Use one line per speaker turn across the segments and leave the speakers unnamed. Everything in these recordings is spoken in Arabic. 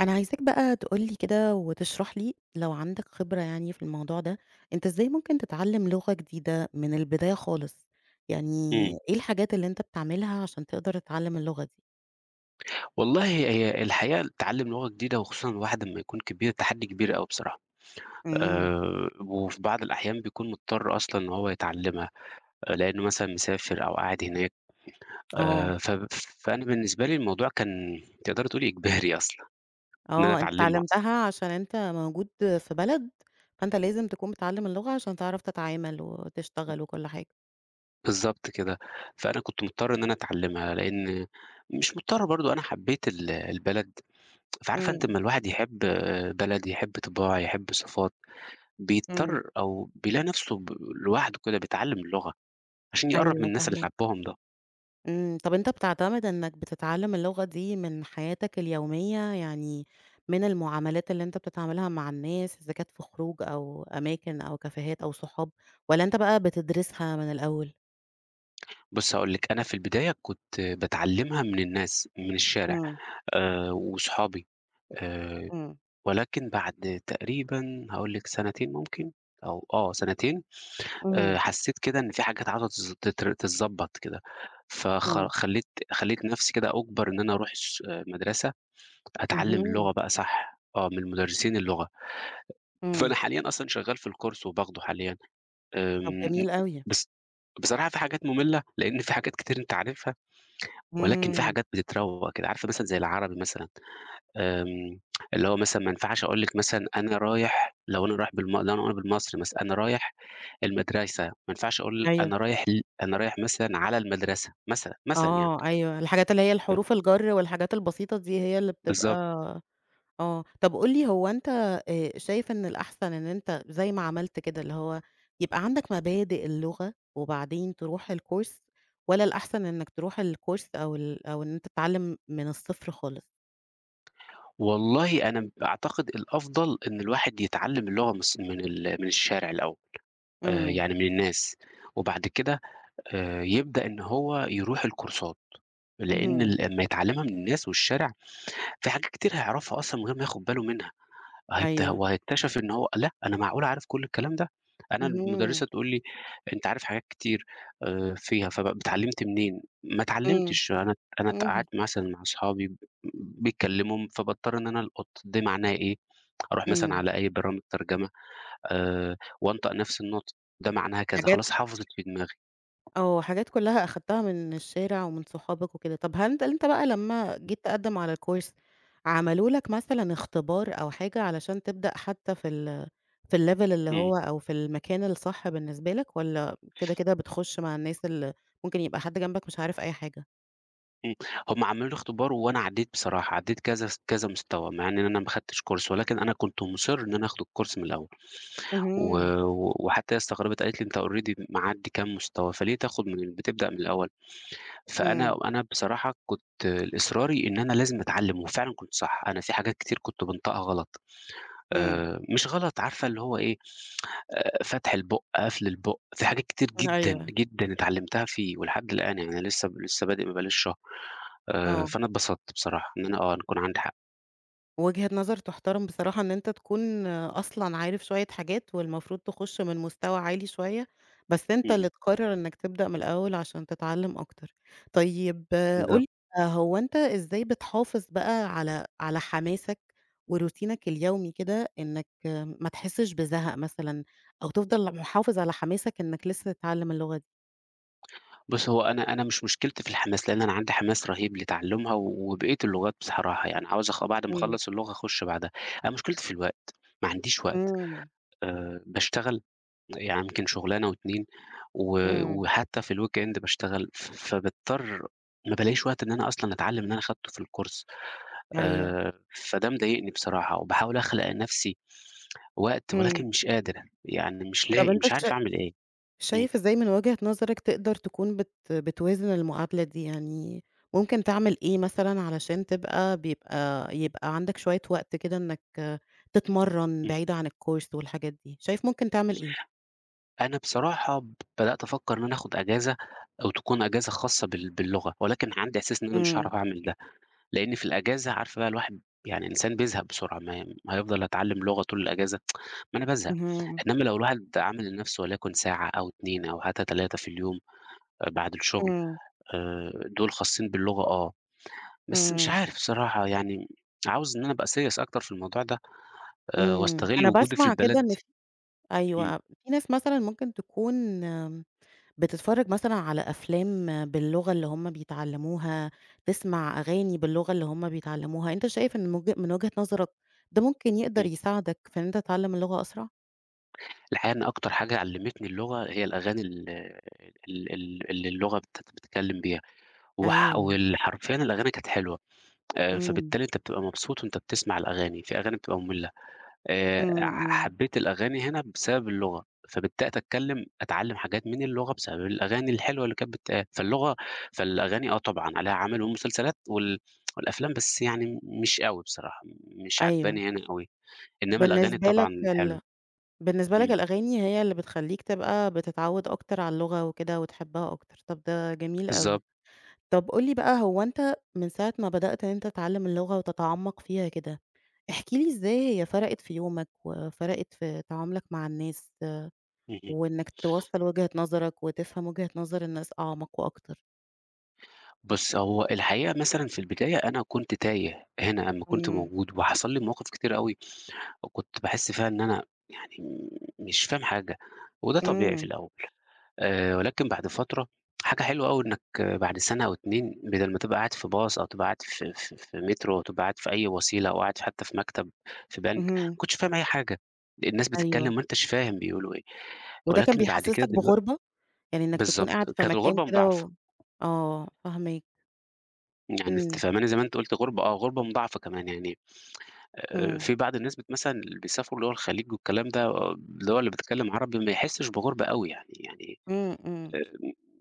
أنا عايزاك بقى تقول لي كده وتشرح لي لو عندك خبرة يعني في الموضوع ده، أنت إزاي ممكن تتعلم لغة جديدة من البداية خالص؟ يعني
إمم.
إيه الحاجات اللي أنت بتعملها عشان تقدر تتعلم اللغة دي؟
والله هي الحقيقة تعلّم لغة جديدة وخصوصًا واحد أمّا يكون كبير تحدّي كبير أوي بصراحة،
إمم.
وفي بعض الأحيان بيكون مضطر أصلًا إن هو يتعلّمها، لإنه مثلًا مسافر أو قاعد هناك،
آه،
ف فأنا بالنسبة لي الموضوع كان تقدري تقولي إجباري أصلًا، إن أنا
آه، أنت
أتعلّمها أصلًا،
اتعلمتها عشان أنت موجود في بلد، فأنت لازم تكون متعلم اللغة عشان تعرف تتعامل وتشتغل وكل حاجة.
بالضبط كده، فأنا كنت مضطر إن أنا أتعلّمها، لإن مش مضطر برضه أنا حبّيت البلد، فعارفة أنتِ
إمم.
أمّا الواحد يحب بلد، يحب طباع، يحب صفات
إمم.
بيضطر أو بيلاقي نفسه لوحده كده بيتعلّم اللغة، عشان يقرّب من
أيوه،
الناس اللي
فاهماك.
حبّهم ده.
إمم. طب أنت بتعتمد إنك بتتعلم اللغة دي من حياتك اليومية، يعني من المعاملات اللي أنت بتتعاملها مع الناس، إذا كانت في خروج أو أماكن أو كافيهات أو صحاب، والّا أنت بقى بتدرسها من الأول؟
بُصّ هاقول لِك، أنا في البداية كنت باتعلّمها من الناس، من الشارع
إمم.
وصحابي آآ،
إمم.
ولكن بعد تقريبًا هاقول لِك سنتين ممكن أو سنتين،
اهم.
حسّيت كده إن في حاجات عاوزة تتضبّط كده، فخ
إمم.
خلّيت خلّيت نفسي كده أُجبر إن أنا أروح الس آه، مدرسة أتعلّم
اهم.
اللغة بقى صح، من مدرسين اللغة.
إمم.
فأنا حاليًا أصلًا شغّال في الcourse وباخده حاليًا.
طب
آمم،
جميل أوي.
بس بصراحة في حاجات مملة، لإن في حاجات كتير أنت عارفها، ولكن في
إمم.
حاجات بتتروّق كده، عارفة مثلًا زي العربي مثلًا، آمم، اللي هو مثلًا ما ينفعش أقول لِك مثلًا أنا رايح لو أنا رايح بالم لو أنا بالمصري مثلًا، أنا رايح المدرسة، ما ينفعش أقول
أيوه.
أنا رايح مثلًا على المدرسة مثلًا، مثلًا يعني،
آه. أيوه، الحاجات اللي هي الحروف الجر والحاجات البسيطة دي هي اللي بتبقى
بالضبط.
آه، طب قُل لي هو أنت شايف إن الأحسن إن أنت زي ما عملت كده، اللي هو يبقى عندك مبادئ اللغة وبعدين تروح الcourse، والّا الأحسن إنك تروح الcourse، أو ال أو إن أنت تتعلم من الصفر خالص؟
والله أنا أعتقد الأفضل إن الواحد يتعلّم اللغة من الشارع الأول،
إمم.
يعني من الناس، وبعد كده يبدأ إن هو يروح الكورسات، لإن
اهم.
أمّا يتعلّمها من الناس والشارع، في حاجات كتير هيعرفها أصلًا من غير ما ياخد باله منها،
أيوه.
هو هيكتشف إن هو لأ، أنا معقول عارف كل الكلام ده! أنا
اهم.
المُدرّسة تقول لي: "أنت عارف حاجات كتير فيها، اتعلّمت منين؟" ما
إمم.
اتعلّمتش، أنا
اهم.
قعدت مثلًا مع أصحابي بيتكلّموا، فباضطر إن أنا ألقُط دي معناها إيه، أروح مثلًا
إمم.
على أي برامج ترجمة وأنطق نفس النُطق، ده معناها كذا،
حاجات
خلاص حفظِت في دماغي.
حاجات كلّها أخدتها من الشارع ومن صحابك وكده. طب هل أنت بقى لمّا جيت تقدّم على الcourse، عملوا لك مثلًا اختبار أو حاجة علشان تبدأ حتى في الlevel اللي
إمم.
هو، أو في المكان الصح بالنسبة لك، والّا كده، كده بتخش مع الناس اللي ممكن يبقى حد جنبك مش عارف أي حاجة؟
إمم، هم عملوا لي اختبار وأنا عدّيت بصراحة، عدّيت كذا كذا مستوى، مع إن أنا ما خدتش كورس، ولكن أنا كنت مُصِر إن أنا آخد الكورس من الأول، و
اهم.
و- وحتى هي استغربت قالت لي: "أنت already معدّي كام مستوى، فليه تاخد من ال بتبدأ من الأول؟"
إمم.
فأنا بصراحة كنت إصراري إن أنا لازم أتعلّم، وفعلًا كنت صح، أنا في حاجات كتير كنت بانطقها غلط،
إمم.
مش غلط عارفة اللي هو إيه، فتح البُق، قفل البُق، في حاجات كتير جدًا،
أيوه.
جدًا اتعلّمتها فيه، ولحد الآن يعني أنا لسه لسه بادئ ما بقاليش شهر.
آه.
فأنا اتبسطت بصراحة إن أنا كان عندي حق.
وجهة نظر تُحترم بصراحة إن أنت تكون أصلًا عارف شوية حاجات، والمفروض تخُش من مستوى عالي شوية، بس أنت
إمم، إمم،
اللي تقرر إنك تبدأ من الأول عشان تتعلم أكتر. طيب قُل
بالضبط.
لي هو أنت إزاي بتحافظ بقى على حماسك وروتينك اليومي كده، إنك ما تحسش بزهق مثلًا، أو تفضل محافظ على حماسك إنك لسه تتعلم اللغة دي؟
بُص، هو أنا مش مشكلتي في الحماس، لإن أنا عندي حماس رهيب لتعلُّمها و وبقية اللغات بصراحة، يعني عاوز بعد ما
إمم.
أخلّص اللغة أخُش بعدها. أنا مشكلتي في الوقت، ما عنديش وقت.
إمم.
باشتغل يعني يمكن شُغلانة و2 و
إمم.
وحتى في الweekend باشتغل، فباضطر ما بالاقيش وقت إن أنا أصلًا أتعلّم اللي أنا أخدته في الكورس.
أيوه.
فده مضايقني بصراحة وباحاول أخلق لنفسي وقت
إمم.
ولكن مش قادر، يعني مش
طب
لاقي،
أنت
مش عارف أعمل إيه. إمم،
شايف إزاي من وجهة نظرك تقدر تكون بتوازن المعادلة دي؟ يعني ممكن تعمل إيه مثلًا علشان تبقى بيبقى يبقى عندك شوية وقت كده إنك تتمرّن
إمم.
بعيد عن الcourse والحاجات دي، شايف ممكن تعمل إيه؟
أنا بصراحة بدأت أفكّر إن أنا آخُد أجازة أو تكون أجازة خاصة باللغة، ولكن عندي إحساس إن أنا مش
إمم.
هاعرف أعمل ده، لإن في الأجازة عارفة بقى الواحد يعني إنسان بيزهق بسرعة، ما هيفضل أتعلّم لغة طول الأجازة، ما أنا بازهق،
اهم.
إنّما لو الواحد عامل لنَفْسه وليكن ساعة أو 2 أو حتى 3 في اليوم بعد الشُغل
إمم.
آآ دُول خاصين باللغة بس مش
إمم.
عارف بصراحة يعني عاوز إن أنا أبقى serious أكتر في الموضوع ده
إمم.
وأستغِل
أنا
وجودي في
باسمع
البلد
كده إن
دي.
في
إمم،
أيوه، في ناس مثلًا ممكن تكون بتتفرّج مثلًا على أفلام باللغة اللي هُم بيتعلّموها، تسمع أغاني باللغة اللي هُم بيتعلّموها، أنت شايف إن من وجهة نظرك ده ممكن يقدر
إمم.
يساعدك في إن أنت تتعلّم اللغة أسرع؟
الحقيقة إن أكتر حاجة علّمتني اللغة هي الأغاني ال ال ال اللي اللغة بتتكلم بيها، وح
أيوه.
وال حرفيًا الأغاني كانت حلوة،
إمم.
فبالتالي أنت بتبقى مبسوط وأنت بتسمع الأغاني، في أغاني بتبقى مملة،
إمم.
ع
إمم.
حبيت الأغاني هنا بسبب اللغة، فبدأت أتعلم حاجات من اللغة بسبب الأغاني الحلوة اللي كانت بتتقال، فالأغاني طبعًا عليها عَمَل، والمسلسلات والأفلام بس يعني مش أوي بصراحة، مش
أيوه.
عاجباني هنا أوي، إنما الأغاني
بالنسبة لك
طبعًا
ال
حلوة.
بالنسبة لك
إمم،
الأغاني هي اللي بتخلّيك تبقى بتتعوّد أكتر على اللغة وكده وتحبها أكتر. طَب ده جميل أوي.
بالضبط.
طَب قُل لي بقى هو أنت من ساعة ما بدأت إن أنت تتعلّم اللغة وتتعمّق فيها كده، احكِ لي إزاي هي فرقِت في يومك، وفرقِت في تعاملك مع الناس،
اهم.
وإنك توصّل وجهة نظرك، وتفهم وجهة نظر الناس أعمق وأكتر.
بُص، هو الحقيقة مثلًا في البداية أنا كنت تايه هنا أمّا كنت
إمم.
موجود، وحصل لي مواقف كتيرة أوي وكنت باحس فيها إن أنا يعني مش فاهم حاجة، وده طبيعي في
إمم.
الأول، ولكن بعد فترة حاجة حلوة أوي إنك بعد سنة أو 2 بدل ما تبقى قاعد في باص أو تبقى قاعد في مترو أو تبقى قاعد في أي وسيلة أو قاعد حتى في مكتب في بنك، ما
اهم.
كنتش فاهم أي حاجة، الناس
أيوه.
بتتكلم وأنتش فاهم بيقولوا إيه،
وده كان
ولكن بعد كده
بيحسّسك
دلوقتي
بغُربة؟ يعني إنك تكون قاعد
بالضبط،
في
كانت
مكان
الغربة
كده و
مضاعفة،
آه، فاهماك.
يعني أنت
إمم.
فاهماني زي ما أنت قُلت غربة غربة مضاعفة كمان يعني
إمم.
في بعض الناس مثلًا اللي بيسافروا اللي هو الخليج والكلام ده، اللي هو اللي بيتكلم عربي ما يحسّش بغُربة أوي يعني، يعني
إمم. إمم.
آآ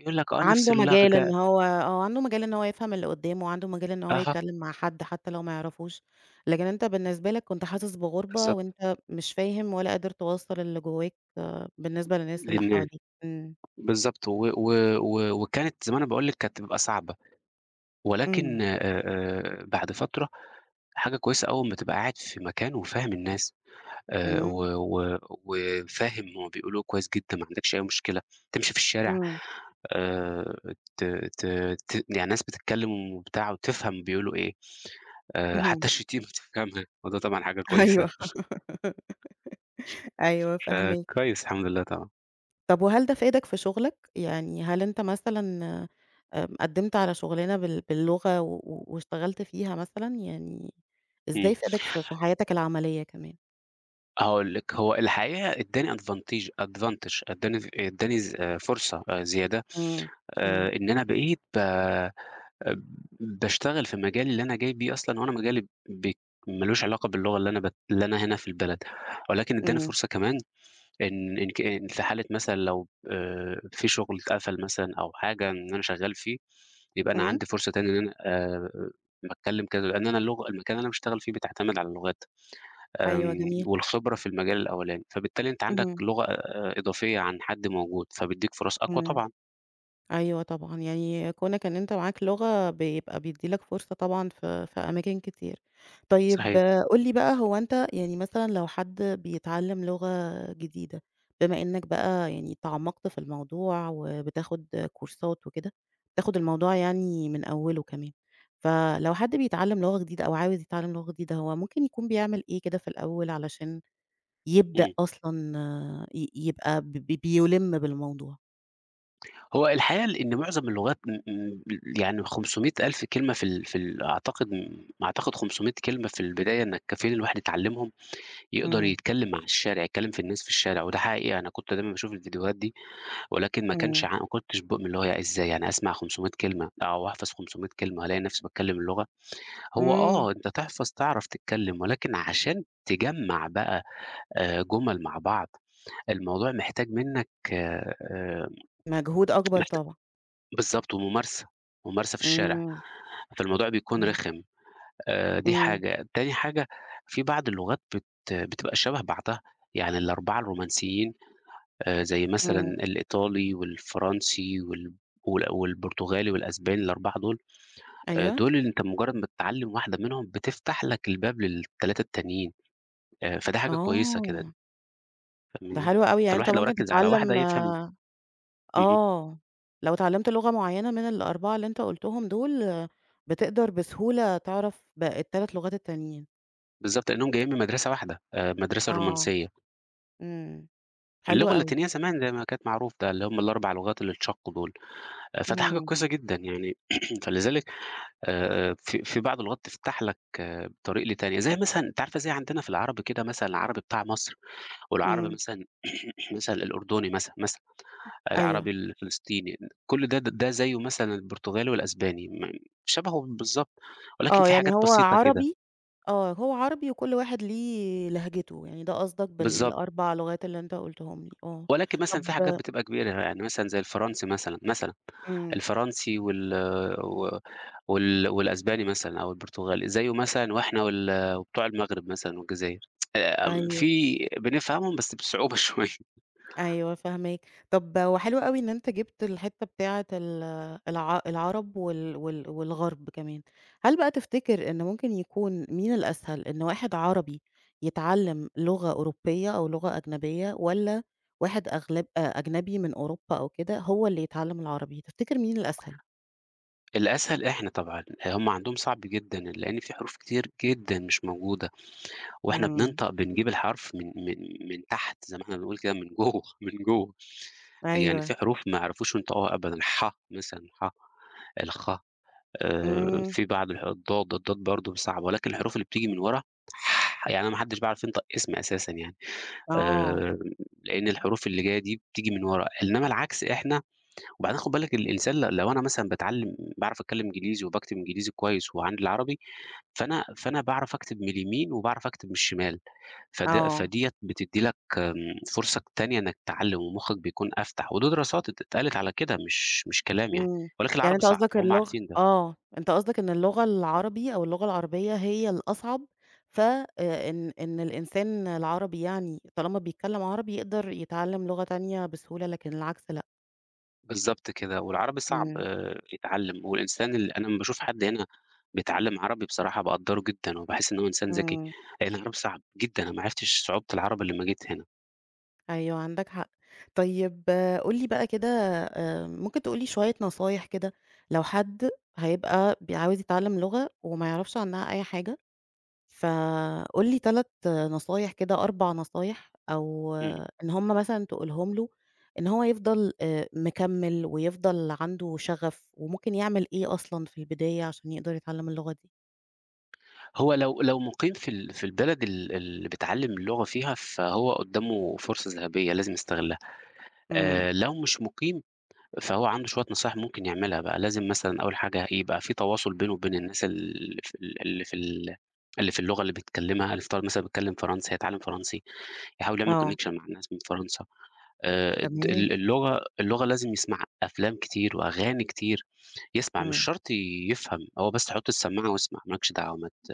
يقول لك نفس
عنده مجال إن
اللهجة
هو عنده مجال إن هو يفهم اللي قدّامه، وعنده مجال إن هو
أها
يتكلّم مع حد حتى لو ما يعرفوش، لكن أنت بالنسبة لك كنت حاسس بغُربة،
بالضبط
وأنت مش فاهم ولا قادر توصّل اللي جواك. بالنسبة للناس اللي
للناس
حواليك. إمم.
بالضبط، و و و وكانت زي ما أنا باقول لِك كانت بتبقى صعبة،
إمم.
ولكن بعد فترة حاجة كويسة أول ما تبقى قاعد في مكان وفاهم الناس. و
إمم.
و وفاهم هُم بيقولوا إيه كويس جدًا، ما عندكش أي مشكلة، تمشي في الشارع
إمم.
آآ ت ت ت يعني ناس بتتكلم وبتاع وتفهم بيقولوا إيه،
اهم.
حتى الشتيمة بتفهمها، وده طبعًا حاجة كويسة،
أيوه. أيوه، فاهماك.
فكويس الحمد لله طبعًا.
طب وهل ده فادك في شغلك؟ يعني هل أنت مثلًا قدّمت على شغلانة باللغة و و واشتغلت فيها مثلًا؟ يعني
إمم.
إزاي فادك في حياتك العملية كمان؟
هاقول لِك، هو الحقيقة ادّاني advantage ادّاني ز ادّاني ز آه، فرصة زيادة،
إمم. إمم.
إن أنا بقيت ب آآ باشتغل في مجالي اللي أنا جاي بيه أصلًا، وأنا مجالي مالوش علاقة باللغة اللي أنا هنا في البلد، ولكن ادّاني
إمم.
فرصة كمان إن في حالة مثلًا لو في شغل اتقفل مثلًا أو حاجة إن أنا شغال فيه، يبقى أنا
إمم.
عندي فرصة تاني إن أنا باتكلم كذا، لأن أنا المكان اللي أنا باشتغل فيه بتعتمد على اللغات
أيوه، جميل.
والخبرة في المجال الأولاني، فبالتالي أنت عندك
اهم.
لغة إضافية عن حد موجود، فبيدّيك فرص أقوى
إمم.
طبعًا،
أيوه طبعًا، يعني كونك إن أنت معاك لغة بيبقى بيدّي لك فرصة طبعًا في أماكن كتير. طيب
صحيح.
قُل لي بقى هو أنت يعني مثلًا لو حد بيتعلّم لغة جديدة، بما إنّك بقى يعني تعمّقت في الموضوع وبتاخد كورسات وكده، بتاخد الموضوع يعني من أوّله كمان، فلو حد بيتعلّم لغة جديدة أو عاوز يتعلّم لغة جديدة، هو ممكن يكون بيعمل إيه كده في الأوّل علشان يبدأ
إمم.
أصلًا آه، ي يبقى ب ب بيُلِم بالموضوع؟
هو الحقيقة إن معظم اللغات م م يعني 500.000 كلمة في ال في ال أعتقد 500 كلمة في البداية إنّك كفيل الواحد يتعلّمهم، يقدر
إمم.
يتكلّم مع الشارع، يتكلّم في الناس في الشارع، وده حقيقي أنا كنت دايمًا باشوف الفيديوهات دي، ولكن ما كانش
إمم.
ع ما كنتش باؤمن اللي هو إزاي يعني أسمع 500 كلمة أو أحفظ 500 كلمة ألاقي نفسي باتكلّم اللغة، هو
إمم.
أنت تحفظ تعرف تتكلّم، ولكن عشان تجمّع بقى جُمل مع بعض، الموضوع محتاج منّك آآ
مجهود أكبر طبعًا.
بالضبط، وممارسة، ممارسة في الشارع،
إمم.
فالموضوع بيكون
إمم.
رخم دي
إمم.
حاجة، تاني حاجة في بعض اللغات بتبقى شبه بعضها، يعني ال4 الرومانسيين زي مثلًا
إمم.
الإيطالي والفرنسي والبرتغالي والأسباني ال4 دول
أيوه.
دول اللي أنت مجرد ما تتعلم واحدة منهم بتفتح لك الباب لل3 التانيين فده حاجة كويسة كده
آه. ده
فاهماني،
حلو أوي، يعني أنت
فالواحد لو
ممكن
ركز على واحدة
تتعلم
يفهم اهم،
آه، لو اتعلمت لغة معينة من ال4 اللي أنت قُلتهم دول، بتقدر بسهولة تعرف ال3 لغات التانيين.
بالضبط لأنهم جايين من مدرسة واحدة مدرسة
آه.
رومانسية.
إمم. حلو
اللغة
أوي.
اللاتينية زمان زي ما كانت معروف ده اللي هم ال4 لغات اللي اتشقّوا دول، فده حاجة
إمم.
كويسة جدًا يعني فلذلك في بعض اللغات تفتح لك طريق لتانية، زي مثلًا أنتِ عارفة زي عندنا في العربي كده مثلًا العربي بتاع مصر والعربي
إمم.
مثلًا مثلًا الأردني مثلًا، مثلًا
أيوه.
العربي الفلسطيني، كل ده زيه مثلًا البرتغالي والأسباني شبهه بالضبط، ولكن
آه.
في
يعني
حاجات
هو
بسيطة كده
عربي هو عربي وكل واحد ليه لهجته، يعني ده قصدك
بالضبط،
بال4 لغات اللي أنت قُلتهم لي. آه.
ولكن مثلًا في
طب
حاجات بتبقى كبيرة يعني مثلًا زي الفرنسي مثلًا، مثلًا.
إمم.
الفرنسي وال و وال والأسباني مثلًا أو البرتغالي، زيه مثلًا وإحنا وبتوع المغرب مثلًا والجزائر،
أيوه.
في بنفهمهم بس بصعوبة شوية،
أيوه، فاهماك. طب وحلو أوي إن أنت جِبت الحتّة بتاعة ال الع العرب والغرب كمان. هل بقى تفتكر إن ممكن يكون مين الأسهل، إن واحد عربي يتعلّم لغة أوروبية أو لغة أجنبية والّا واحد أغلب أجنبي من أوروبا أو كده هو اللي يتعلّم العربي، تفتكر مين الأسهل؟
الأسهل إحنا طبعًا، هم عندهم صعب جدًا لإن في حروف كتير جدًا مش موجودة، وإحنا
إمم.
بننطق بنجيب الحرف من تحت زي ما إحنا بنقول كده من جوه، من جوه، يعني
أيوه.
في حروف ما يعرفوش ينطقوها أبدًا، الح مثلًا، ح، الخ،
إمم.
في بعض الضاد، الضاد برضه صعب، ولكن الحروف اللي بتيجي من ورا يعني أنا ما حدش بيعرف ينطق اسمي أساسًا يعني،
آه.
آآ لإن الحروف اللي جاية دي بتيجي من ورا، إنما العكس إحنا وبعدين خُد بالك الإنسان لو أنا مثلًا باعرف أتكلم إنجليزي وباكتب إنجليزي كويس وعندي العربي، فأنا باعرف أكتب من اليمين وباعرف أكتب من الشمال،
آه.
فديّة بتدّي لك فرصة تانية إنك تتعلم ومخّك بيكون أفتح، ودي دراسات اتقالت على كده مش كلام يعني،
إمم.
ولكن
يعني
العربي
أنت
صعب،
قصدك
هم
اللغة
عارفين ده.
آه، أنت قصدك إن اللغة العربي أو اللغة العربية هي الأصعب، ف إن الإنسان العربي يعني طالما بيتكلم عربي يقدر يتعلم لغة تانية بسهولة، لكن العكس لأ.
بالضبط كده، والعربي صعب
إمم.
يتعلّم، والإنسان اللي أنا أمّا باشوف حد هنا بيتعلّم عربي بصراحة باقدّره جدًا، وباحس إن هو إنسان ذكي،
إمم.
لإن العربي صعب جدًا، أنا ما عرفتش صعوبة العربي لمّا جيت هنا،
أيوه، عندك حق. طيب قُل لي بقى كده، ممكن تقول لي شوية نصايح كده لو حد هيبقى عاوز يتعلم لغة وما يعرفش عنها أي حاجة؟ فقُل لي 3 نصايح كده، 4 نصايح، أو
إمم،
إن هم مثلًا تقولهم له إن هو يفضل مكمّل ويفضل عنده شغف، وممكن يعمل إيه أصلًا في البداية عشان يقدر يتعلم اللغة دي؟
هو لو مُقيم في البلد اللي بيتعلّم اللغة فيها، فهو قدّامه فرصة ذهبية لازم يستغلها،
إمم.
لو مش مُقيم فهو عنده شوية نصايح ممكن يعملها بقى، لازم مثلًا أول حاجة يبقى في تواصل بينه وبين الناس اللي في ال اللي في ال اللي في اللغة اللي بيتكلّمها، اللي مثلًا بيتكلّم فرنسي هيتعلّم فرنسي. يحاول يعمل
آه.
connection مع الناس من فرنسا. الد
تمام.
ال اللغة اللغة لازم يسمع أفلام كتير وأغاني كتير، يسمع مش
إمم.
شرط يفهم، هو بس حُط السماعة واسمع، ما لكش دعوة ما ت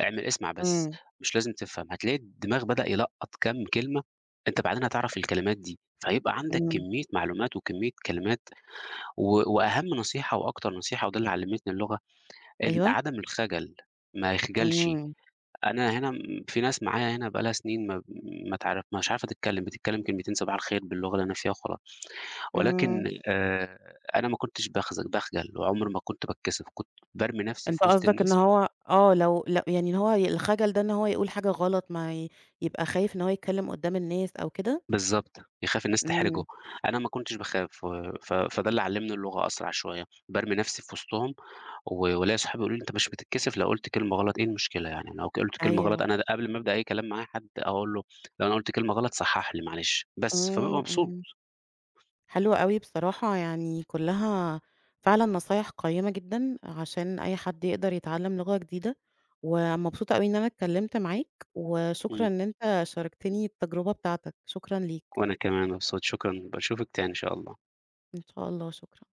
اعمل اسمع بس،
إمم.
مش لازم تفهم، هتلاقي الدماغ بدأ يلقّط كام كلمة، أنت بعدين هتعرف الكلمات دي، فهيبقى عندك
إمم.
كمية معلومات وكمية كلمات، و وأهم نصيحة وأكتر نصيحة وده اللي علّمتني اللغة،
أيوه.
عدم الخجل، ما يخجلش.
إمم.
أنا هنا في ناس معايا هنا بقى لها سنين ما مش عارفة تتكلّم، بتتكلّم كلمتين صباح الخير باللغة اللي أنا فيها وخلاص، ولكن
إمم.
أنا ما كنتش باخجل وعمري ما كنت باتكسف، كنت بارمي نَفْسي في
أنت
وسط
قصدك إن
الناس
هو لو ل يعني إن هو الخجل ده إن هو يقول حاجة غلط، ما ي يبقى خايف إن هو يتكلم قدّام الناس أو كده؟
بالضبط، يخاف الناس
إمم.
تحرجه، أنا ما كنتش باخاف ف فده اللي علّمني اللغة أسرع شوية، بارمي نَفْسي في وسطهم و وليّا صحابي يقولوا لي: "أنت مش بتتكسف لو قُلت كلمة غلط، إيه المشكلة يعني؟" لو قُلت كلمة غلط
أيوه.
أنا قبل ما أبدأ أي كلام مع حد أقول له لو أنا قُلت كلمة غلط صحّح لي معلش، بس فبابقى
إمم.
مبسوط.
إمم. حلو أوي بصراحة، يعني كلّها فعلًا نصايح قيّمة جدًا عشان أي حد يقدر يتعلّم لغة جديدة، ومبسوطة أوي إن أنا اتكلّمت معاك، وشكرًا
إمم.
إن أنت شاركتني التجربة بتاعتك، شكرًا ليك.
وأنا كمان مبسوط، شكرًا، باشوفِك تاني إن شاء الله.
إن شاء الله. شكرًا.